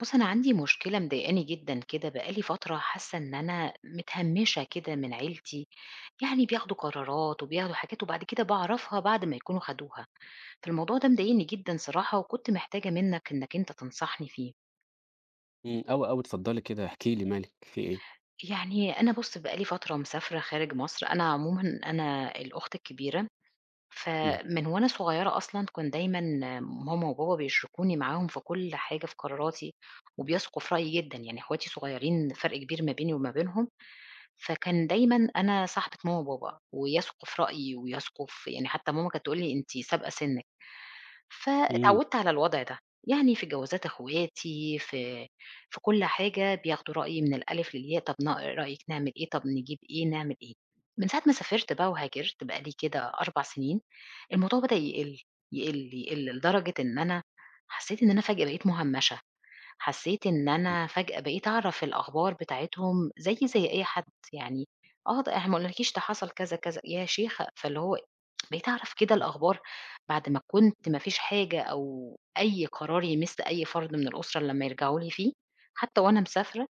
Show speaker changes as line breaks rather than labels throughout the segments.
بُص، أنا عندي مشكلة مضايقاني جدًا كده بقى لي فترة حاسة إن أنا متهمِّشة كده من عيلتي، يعني بياخدوا قرارات وبياخدوا حاجات وبعد كده باعرفها بعد ما يكونوا خدوها، فالموضوع ده مضايقني جدًا صراحة وكنت محتاجة منّك إنّك أنت تنصحني فيه.
أوي، أوي، اتفضلي كده احكي لي مالِك في إيه؟
يعني أنا بُص بقى لي فترة مسافرة خارج مصر، أنا عمومًا أنا الأخت الكبيرة،
إمم،
فمن وأنا صغيرة أصلًا كان دايمًا ماما وبابا بيشركوني معاهم في كل حاجة في قراراتي وبيثقوا في رأيي جدًا، يعني أخواتي صغيرين فرق كبير ما بيني وما بينهم، فكان دايمًا أنا صاحبة ماما وبابا، ويثقوا في رأيي ويثقوا في يعني حتى ماما كانت تقول لي: "أنتِ سابقة سنِّك."
إمم،
فاتعودت على الوضع ده، يعني في جوازات أخواتي، في كل حاجة بياخدوا رأيي من الألف للياء، "طب رأيِك نعمل إيه؟ طب نجيب إيه؟ نعمل إيه؟" من ساعة ما سافرت بقى وهاجرت بقى لي كده 4 سنين، الموضوع بدأ يقل، يقل، يقل، لدرجة إن أنا حسيت إن أنا فجأة بقيت مهمشة. حسيت إن أنا فجأة بقيت أعرف الأخبار بتاعتهم زيي زي أي حد، يعني آه، ده إحنا ما قلنالكيش ده حصل كذا، كذا، يا شيخ، فاللي هو بقيت أعرف كده الأخبار بعد ما كنت ما فيش حاجة أو أي قرار يمس أي فرد من الأسرة لمّا يرجعوا لي فيه، حتى وأنا مسافرة،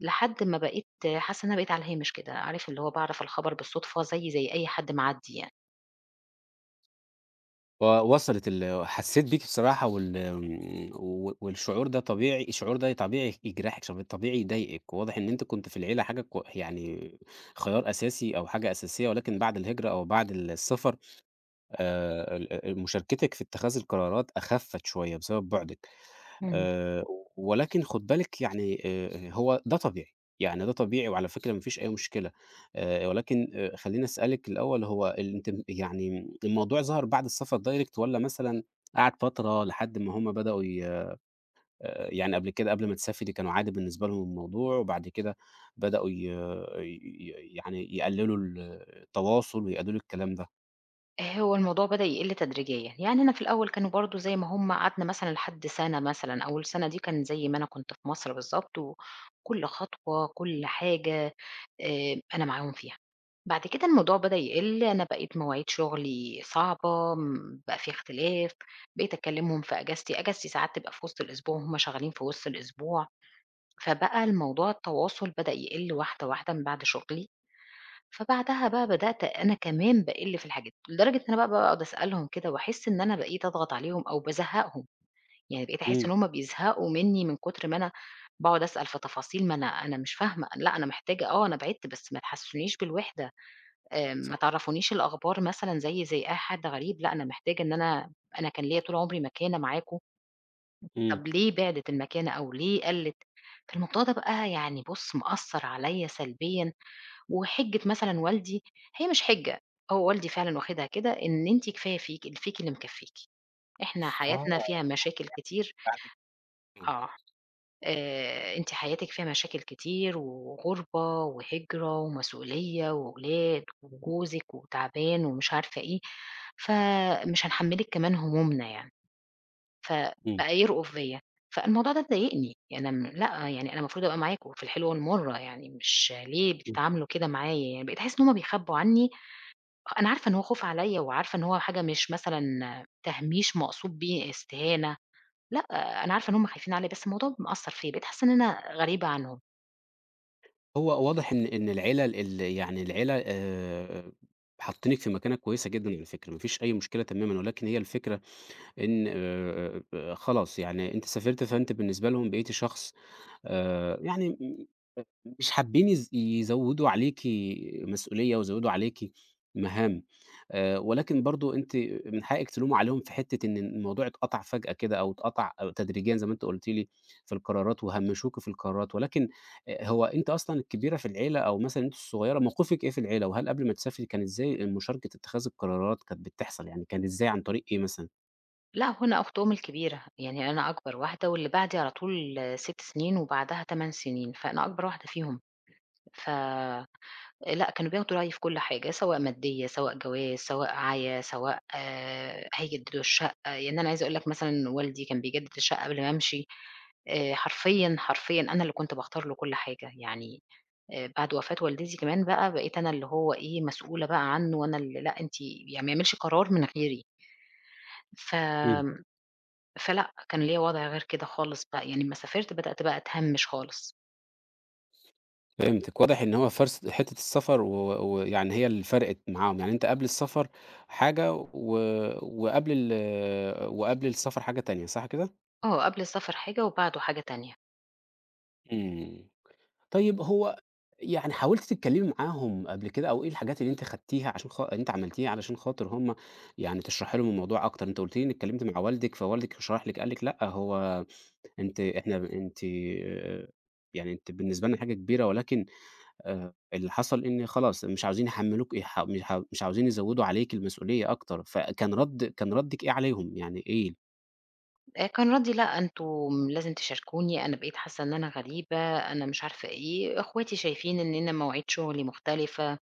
لحد ما بقيت حاسة إن أنا بقيت على الهامش كده، عارف اللي هو باعرف الخبر بالصدفة زيي زي أي حد معدّي يعني.
وصلت حسيت بيكِ بصراحة وال آمم، والشعور ده طبيعي، الشعور ده طبيعي يجرحِك، شعور طبيعي يضايقِك، وواضح إن أنتِ كنتِ في العيلة حاجة كو يعني خيار أساسي أو حاجة أساسية، ولكن بعد الهجرة أو بعد السفر ال مشاركتِك في اتخاذ القرارات أخفّت شوية بسبب بُعدِك.
إمم.
آآ، ولكن خُد بالِك يعني هو ده طبيعي، يعني ده طبيعي وعلى فكرة ما فيش أي مشكلة. ولكن خلّيني أسألِك الأول، هو ال أنتِ م يعني الموضوع ظهر بعد السفر direct والّا مثلًا قعد فترة لحد ما هُم بدأوا ي يعني قبل كده قبل ما تسافري كانوا عادي بالنسبة لهم الموضوع، وبعد كده بدأوا ي آه، ي يعني يقللوا التواصل ويقللوا الكلام ده؟
هو الموضوع بدأ يقل تدريجيًا، يعني أنا في الأول كانوا برضه زي ما هم قعدنا مثلًا لحد سَنة مثلًا، أول سَنة دي كان زي ما أنا كنت في مصر بالضبط، وكل خطوة، كل حاجة أنا معاهم فيها. بعد كده الموضوع بدأ يقل، أنا بقيت مواعيد شغلي صعبة، بقى في اختلاف، بقيت أكلمهم في أجازتي، أجازتي ساعات تبقى في وسط الأسبوع وهم شغالين في وسط الأسبوع، فبقى الموضوع التواصل بدأ يقل واحدة واحدة من بعد شغلي. فبعدها بقى بدأت أنا كمان باقِل في الحاجات، لدرجة إن أنا بقى باقعد أسألهم كده وأحس إن أنا بقيت أضغط عليهم أو بازهّقهم، يعني بقيت أحس
إمم،
إن هُم بيزهقوا منّي من كتر ما أنا باقعد أسأل في تفاصيل ما أنا مش فاهمة، لأ أنا محتاجة أنا بعِدت بس ما تحسّسونيش بالوحدة، ما
صح،
تعرّفونيش الأخبار مثلًا زيي زي أي حد غريب، لأ أنا محتاجة إن أنا كان ليّا طول عمري مكانة معاكم،
إمم.
طَب ليه بِعدِت المكانة أو ليه قَلِّت؟ فالموضوع ده بقى يعني بُص مأثّر عليّا سلبيًا، وحِجة مثلًا والدي هي مش حِجة، هو والدي فعلًا واخدها كده إن أنتِ كفاية فيكِ اللي فيكِ اللي مكفّيكِ، إحنا
آه،
حياتنا فيها مشاكل كتير،
بعد
آه، أنتِ حياتِك فيها مشاكل كتير وغُربة وهجرة ومسؤولية وولاد وجوزِك وتعبان ومش عارفة إيه، فمش هنحمّلِك كمان همومنا يعني،
إمم،
فبقى يرقُف بيّا، فالموضوع ده ضايقني، يعني أنا لأ، يعني أنا المفروض أبقى معاكم في الحلوة والمَرّة يعني، مش ليه
إمم.
بتتعاملوا كده معايا يعني، بقيت أحس إن هُم بيخبّوا عني. أنا عارفة إن هو خوف عليّا وعارفة إن هو حاجة مش مثلًا تهميش مقصود بيه استهانة، لأ، أنا عارفة إن هم خايفين عليّا، بس الموضوع مأثّر فيّا، بقيت حاسة إن أنا غريبة عنهم.
هو واضح إن العِلَل ال يعني العِلَل حاطّينِك في مكانة كويسة جدًا على فكرة، ما فيش أي مشكلة تمامًا، ولكن هي الفكرة إن خلاص يعني أنتِ سافرتِ، فأنتِ بالنسبة لهم بقيتِ شخص آآ يعني مش حابين يزوّدوا عليكِ مسؤولية ويزوّدوا عليكِ مهام. ولكن برضه أنتِ من حقِّك تلومي عليهم في حتّة إن الموضوع اتقطع فجأة كده أو اتقطع أو تدريجيًا زي ما أنتِ قُلتِ لي في القرارات وهمّشوكِ في القرارات. ولكن هو أنتِ أصلًا الكبيرة في العيلة أو مثلًا أنتِ الصغيرة؟ موقفِك إيه في العيلة؟ وهل قبل ما تسافري كان إزاي مشاركة اتخاذ القرارات كانت بتحصل، يعني كان إزاي عن طريق إيه مثلًا؟
لأ، هو أنا أختهم الكبيرة، يعني أنا أكبر واحدة واللي بعدي على طول 6 سنين وبعدها 8 سنين، فأنا أكبر واحدة فيهم. ف لأ، كانوا بياخدوا رأيي في كل حاجة، سواء مادية، سواء جواز، سواء عَيا، سواء هيجددوا الشقة، يعني أنا عايزة أقول لك مثلًا والدي كان بيجدد الشقة قبل ما أمشي، حرفيًا، حرفيًا أنا اللي كنت باختار له كل حاجة، يعني بعد وفاة والدتي كمان بقى بقيت أنا اللي هو إيه، مسؤولة بقى عنّه وأنا اللي لأ أنتِ، يعني ما يعملش قرار من غيري، ف
إمم.
فلأ، كان ليّا وضع غير كده خالص بقى، يعني أمّا سافرت بدأت بقى أتهمِّش خالص.
فهمتِك، واضح إن هو فرص حتّة السفر و ويعني هي اللي فرقِت معاهم، يعني أنت قبل السفر حاجة و وقبل السفر حاجة تانية، صح كده؟
آه، قبل السفر حاجة وبعده حاجة تانية.
إمم، طيب هو يعني حاولتِ تتكلّمي معاهم قبل كده أو إيه الحاجات اللي أنتِ خدتيها عشان خا أنتِ عملتيها علشان خاطر هُم، يعني تشرحي لهم الموضوع أكتر. أنتِ قُلتِ لي إنِّك اتكلّمتِ مع والدِك فوالدِك شرح لِك، قال لِك لأ، هو أنتِ إحنا أنتِ يعني أنتِ بالنسبة لنا حاجة كبيرة ولكن اللي حصل إن خلاص مش عاوزين يحمّلوك يح مش ع مش عاوزين يزوّدوا عليك المسؤولية أكتر، فكان رَد كان ردِّك إيه عليهم؟ يعني إيه
كان ردي لأ، أنتم لازم تشاركوني، أنا بقيت حاسة إن أنا غريبة، أنا مش عارفة إيه، أخواتي شايفين إننا مواعيد شغلي مختلفة،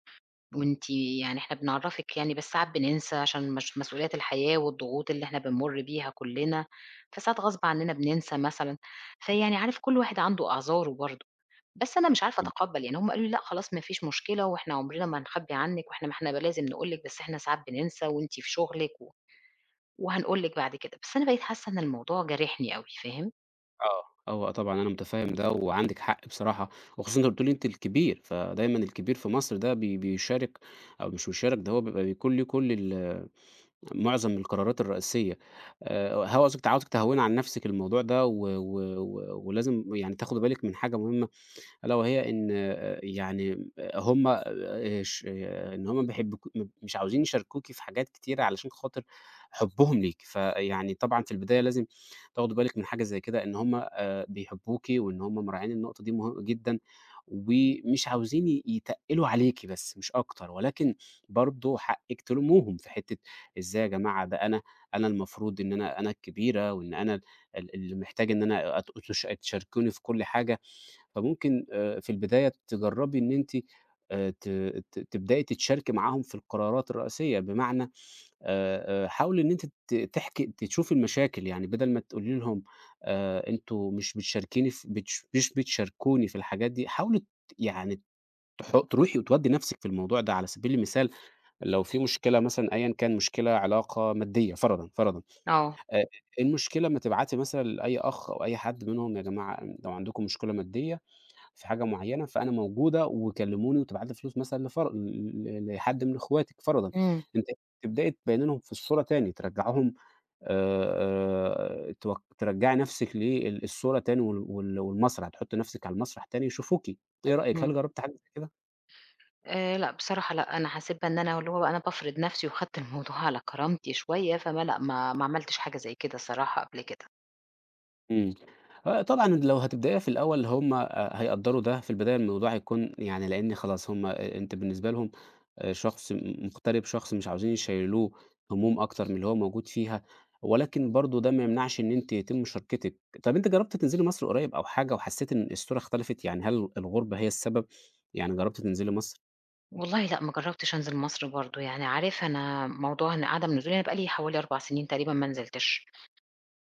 وأنتِ يعني إحنا بنعرّفِك يعني بس ساعات بننسى عشان مش، مسؤوليات الحياة والضغوط اللي إحنا بنمُر بيها كُلّنا، فساعات غصب عننا بننسى مثلًا، فيعني عارف كل واحد عنده أعذاره برضه، بس أنا مش عارفة
ال
أتقبّل، يعني هُم قالوا لي: "لأ خلاص ما فيش مشكلة وإحنا عمرنا ما هنخبّي عنِّك، وإحنا ما إحنا ب لازم نقول لِك، بس إحنا ساعات بننسى وأنتِ في شغلِك وهنقول لِك بعد كده." بس أنا بقيت حاسة إن الموضوع جارحني أوي، فاهم؟
آه، هو طبعًا أنا مُتفهِّم ده وعندِك حق بصراحة، وخصوصًا أنتِ قُلتِ لي أنتِ الكبير، فدايمًا الكبير في مصر ده بيشارك أو مش بيشارك، ده هو بيكون ليه كل ال معظم القرارات الرئيسية. هو قصدِك عاوزِك تهوّني عن نَفْسِك الموضوع ده و و و ولازم يعني تاخدي بالِك من حاجة مهمة، ألا وهي إن يعني آه، هم ش آه، إن هم ما بيحبكو م مش عاوزين يشاركوكِ في حاجات كتيرة علشان خاطر حُبّهم ليكِ. فيعني طبعًا في البداية لازم تاخدي بالِك من حاجة زي كده، إن هم بيحبوكِ وإن هم مراعين النقطة دي جدًا، ومش عاوزين يتقّلوا عليكِ بس مش أكتر. ولكن برضه حقِّك تلوموهم في حتّة إزاي يا جماعة، ده أنا المفروض إن أنا الكبيرة وإن أنا ال اللي محتاج إن أنا أت تش تشاركوني في كل حاجة. فممكن في البداية تجرّبي إن أنتِ ت ت تبدئي تتشاركي معاهم في القرارات الرئيسية، بمعنى حاولي إن أنتِ ت تحكي تشوفي المشاكل. يعني بدل ما تقولي لهم أنتم مش بتشاركيني في بتش مش بتشاركوني في الحاجات دي، حاولي يعني تروحي وتودّي نَفْسِك في الموضوع ده، على سبيل المثال لو في مشكلة مثلًا أيًا كان، مشكلة علاقة مادية فرضًا،
آه.
آآ المشكلة أمّا تبعتي مثلًا لأي أخ أو أي حد منهم، يا جماعة لو عندكم مشكلة مادية في حاجة معيّنة، فأنا موجودة وكلّموني، وتبعت لي فلوس مثلًا لفر ل لحد من اخواتِك فرضًا،
إمم،
أنتِ تبدئي تبيّني لهم في الصورة تاني، ترجّعيهم توك ترجّعي نَفْسِك للصورة تاني والمسرح، تحُطّي نَفْسِك على المسرح تاني يشوفوكِ. إيه رأيِك، هل
إمم.
جرّبتِ حاجة زي كده؟
لأ، بصراحة لأ، أنا حسيت بقى إن أنا اللي هو بقى أنا بافرض نَفْسي وخدت الموضوع على كرامتي شوية، لأ، ما عملتش حاجة زي كده الصراحة قبل كده.
إمم. آه، طبعًا لو هتبدئيها في الأول هم هيقدّروا ده، في البداية الموضوع هيكون، يعني لإن خلاص هم أنت بالنسبة لهم شخص مغترب، شخص مش عاوزين يشيّلوه هموم أكتر من اللي هو موجود فيها، ولكن برضه ده ما يمنعش إن أنتِ يتم مشاركتِك. طَب أنتِ جرّبتِ تنزلي مصر قريب أو حاجة وحسّيتِ إن الصورة اختلفت، يعني هل الغُربة هي السبب؟ يعني جرّبتِ تنزلي مصر؟
والله لأ، ما جرّبتش أنزل مصر برضه، يعني عارف أنا موضوع إن عدم نزولي أنا بقى لي حوالي 4 سنين تقريبًا ما نزلتش،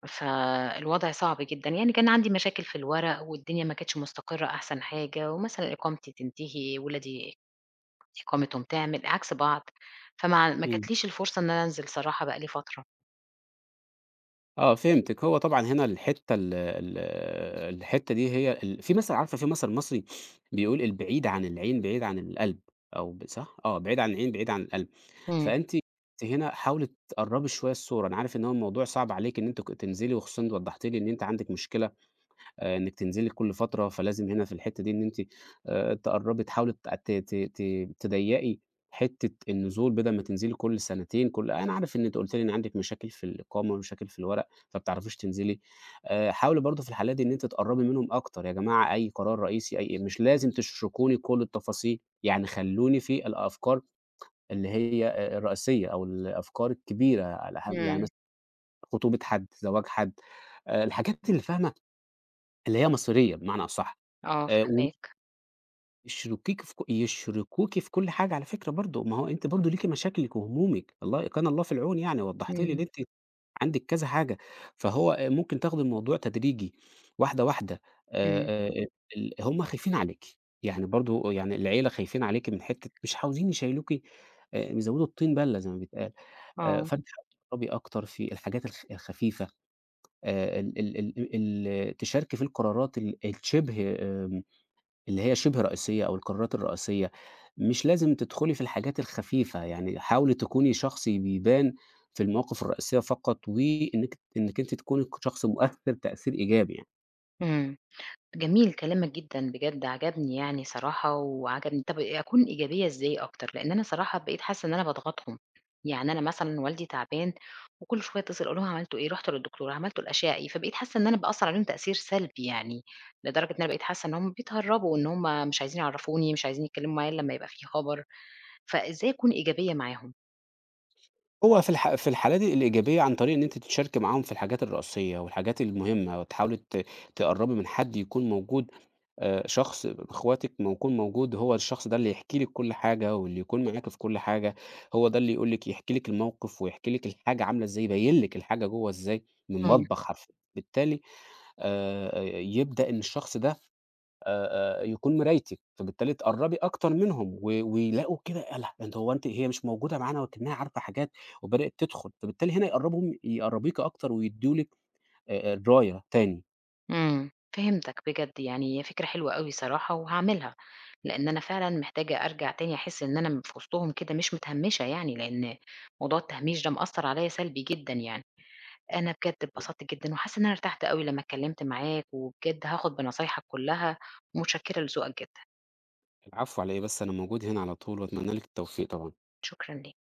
فالوضع صعب جدًا، يعني كان عندي مشاكل في الورق والدنيا ما كانتش مستقرة أحسن حاجة، ومثلًا إقامتي تنتهي، ولادي إقامتهم تعمل، عكس بعض، فما ما
إمم.
جاتليش الفرصة إن أنا أنزل صراحة بقى لي فترة.
آه، فهمتِك. هو طبعًا هنا الحتّة دي هي ال في مثل عارفة في مثل مصري بيقول: "البعيد عن العين بعيد عن القلب." أو صح؟ آه، "بعيد عن العين بعيد عن القلب."
إمم،
فأنتِ هنا حاولي تقرّبي شوية الصورة. أنا عارف إن هو الموضوع صعب عليكِ إن أنتِ تنزلي، وخصوصًا إن أنتِ وضّحتِ لي إن أنتِ عندِك مشكلة إنِّك تنزلي كل فترة، فلازم هنا في الحتّة دي إن أنتِ تقرّبي تحاولي ت ت ت ت تضيّقي حتّة النزول، بدل ما تنزلي كل سنتين، أنا عارف إن أنتِ قُلتِ لي إن عندِك مشاكل في الإقامة ومشاكل في الورق، فما بتعرفيش تنزلي. حاولي برضه في الحالات دي إن أنتِ تقرّبي منهم أكتر، يا جماعة أي قرار رئيسي، مش لازم تشركوني كل التفاصيل، يعني خلّوني في الأفكار اللي هي الرئيسية أو الأفكار الكبيرة على ح يعني
إمم.
مثلًا خطوبة حد، زواج حد، الحاجات اللي فاهمة، اللي هي مصيرية بمعنى أصح.
آه
آآ
فاهماك،
ويشركيك في ك يشركوكِ في كل حاجة على فكرة برضه، ما هو أنتِ برضه ليكِ مشاكلِك وهمومِك، كان الله في العون يعني، وضّحتِ لي إن
إمم،
أنتِ عندِك كذا حاجة، فهو ممكن تاخدي الموضوع تدريجي، واحدة، واحدة.
إمم،
آآ، آآ ال هُم خايفين عليكِ، يعني برضه يعني العيلة خايفين عليكِ من حتّة مش عاوزين يشيّلوكِ، بيزوّدوا الطين بَلّة زي ما بيتقال.
آه،
فأنتِ حاولي تجرّبي أكتر في الحاجات الخفيفة، ال ال ال ال تشاركي في القرارات الشِبه، اللي هي شِبه رئيسية أو القرارات الرئيسية. مش لازم تدخُلي في الحاجات الخفيفة، يعني حاولي تكوني شخص بيبان في المواقف الرئيسية فقط، وإنِّك أنتِ تكوني شخص مؤثِّر تأثير إيجابي يعني.
إمم. جميل كلامك جدًا بجد، عجبني يعني صراحة وعجبني، طب أكون إيجابية إزاي أكتر؟ لإن أنا صراحة بقيت حاسة إن أنا باضغطهم، يعني أنا مثلًا والدي تعبان وكل شوية أتصل أقول لهم عملتوا إيه، رُحتوا للدكتور، عملتوا الأشعة إيه، فبقيت حاسة إن أنا بأثّر عليهم تأثير سلبي يعني، لدرجة إن أنا بقيت حاسة إن هُم بيتهربوا، إن هُم مش عايزين يعرفوني، مش عايزين يتكلموا معايا إلّا لمّا يبقى في خبر، فإزاي أكون إيجابية معاهم؟
هو في الحالة دي الإيجابية عن طريق إن أنتِ تشاركي معاهم في الحاجات الرئيسية والحاجات المهمة، وتحاولي تقرّبي من حد يكون موجود، شخص أخواتِك ما يكون موجود هو الشخص ده اللي يحكي لِك كل حاجة، واللي يكون معاكِ في كل حاجة، هو ده اللي يقول لِك يحكي لِك الموقف، ويحكي لِك الحاجة عاملة إزاي، يبيّن لِك الحاجة جوّه إزاي، من
إمم.
المطبخ حرفيًا. بالتالي يبدأ إن الشخص ده يكون مرايتِك، فبالتالي تقرّبي أكتر منهم، ويلاقوا كده ألأ أنتِ هو أنتِ هي مش موجودة معانا ولكنها عارفة حاجات، وبدأت تدخل، فبالتالي هنا يقرّبيكِ أكتر ويدّوا لِك الراية تاني.
إمم، فهمتك بجد، يعني هي فكرة حلوة أوي صراحة وهاعملها، لإن أنا فعلًا محتاجة أرجع تاني أحس إن أنا في وسطهم كده مش متهمشة يعني، لإن موضوع التهميش ده مأثّر عليَّ سلبي جدًا يعني. أنا بجد اتبسطت جدًا وحاسة إن أنا ارتحت أوي لمّا اتكلمت معاك، وبجد هاخد بنصايحك كلها، ومتشكرة لذوقك جدًا،
العفو على إيه بس، أنا موجود هنا على طول، وأتمنى لِك التوفيق طبعًا.
شكرًا ليك.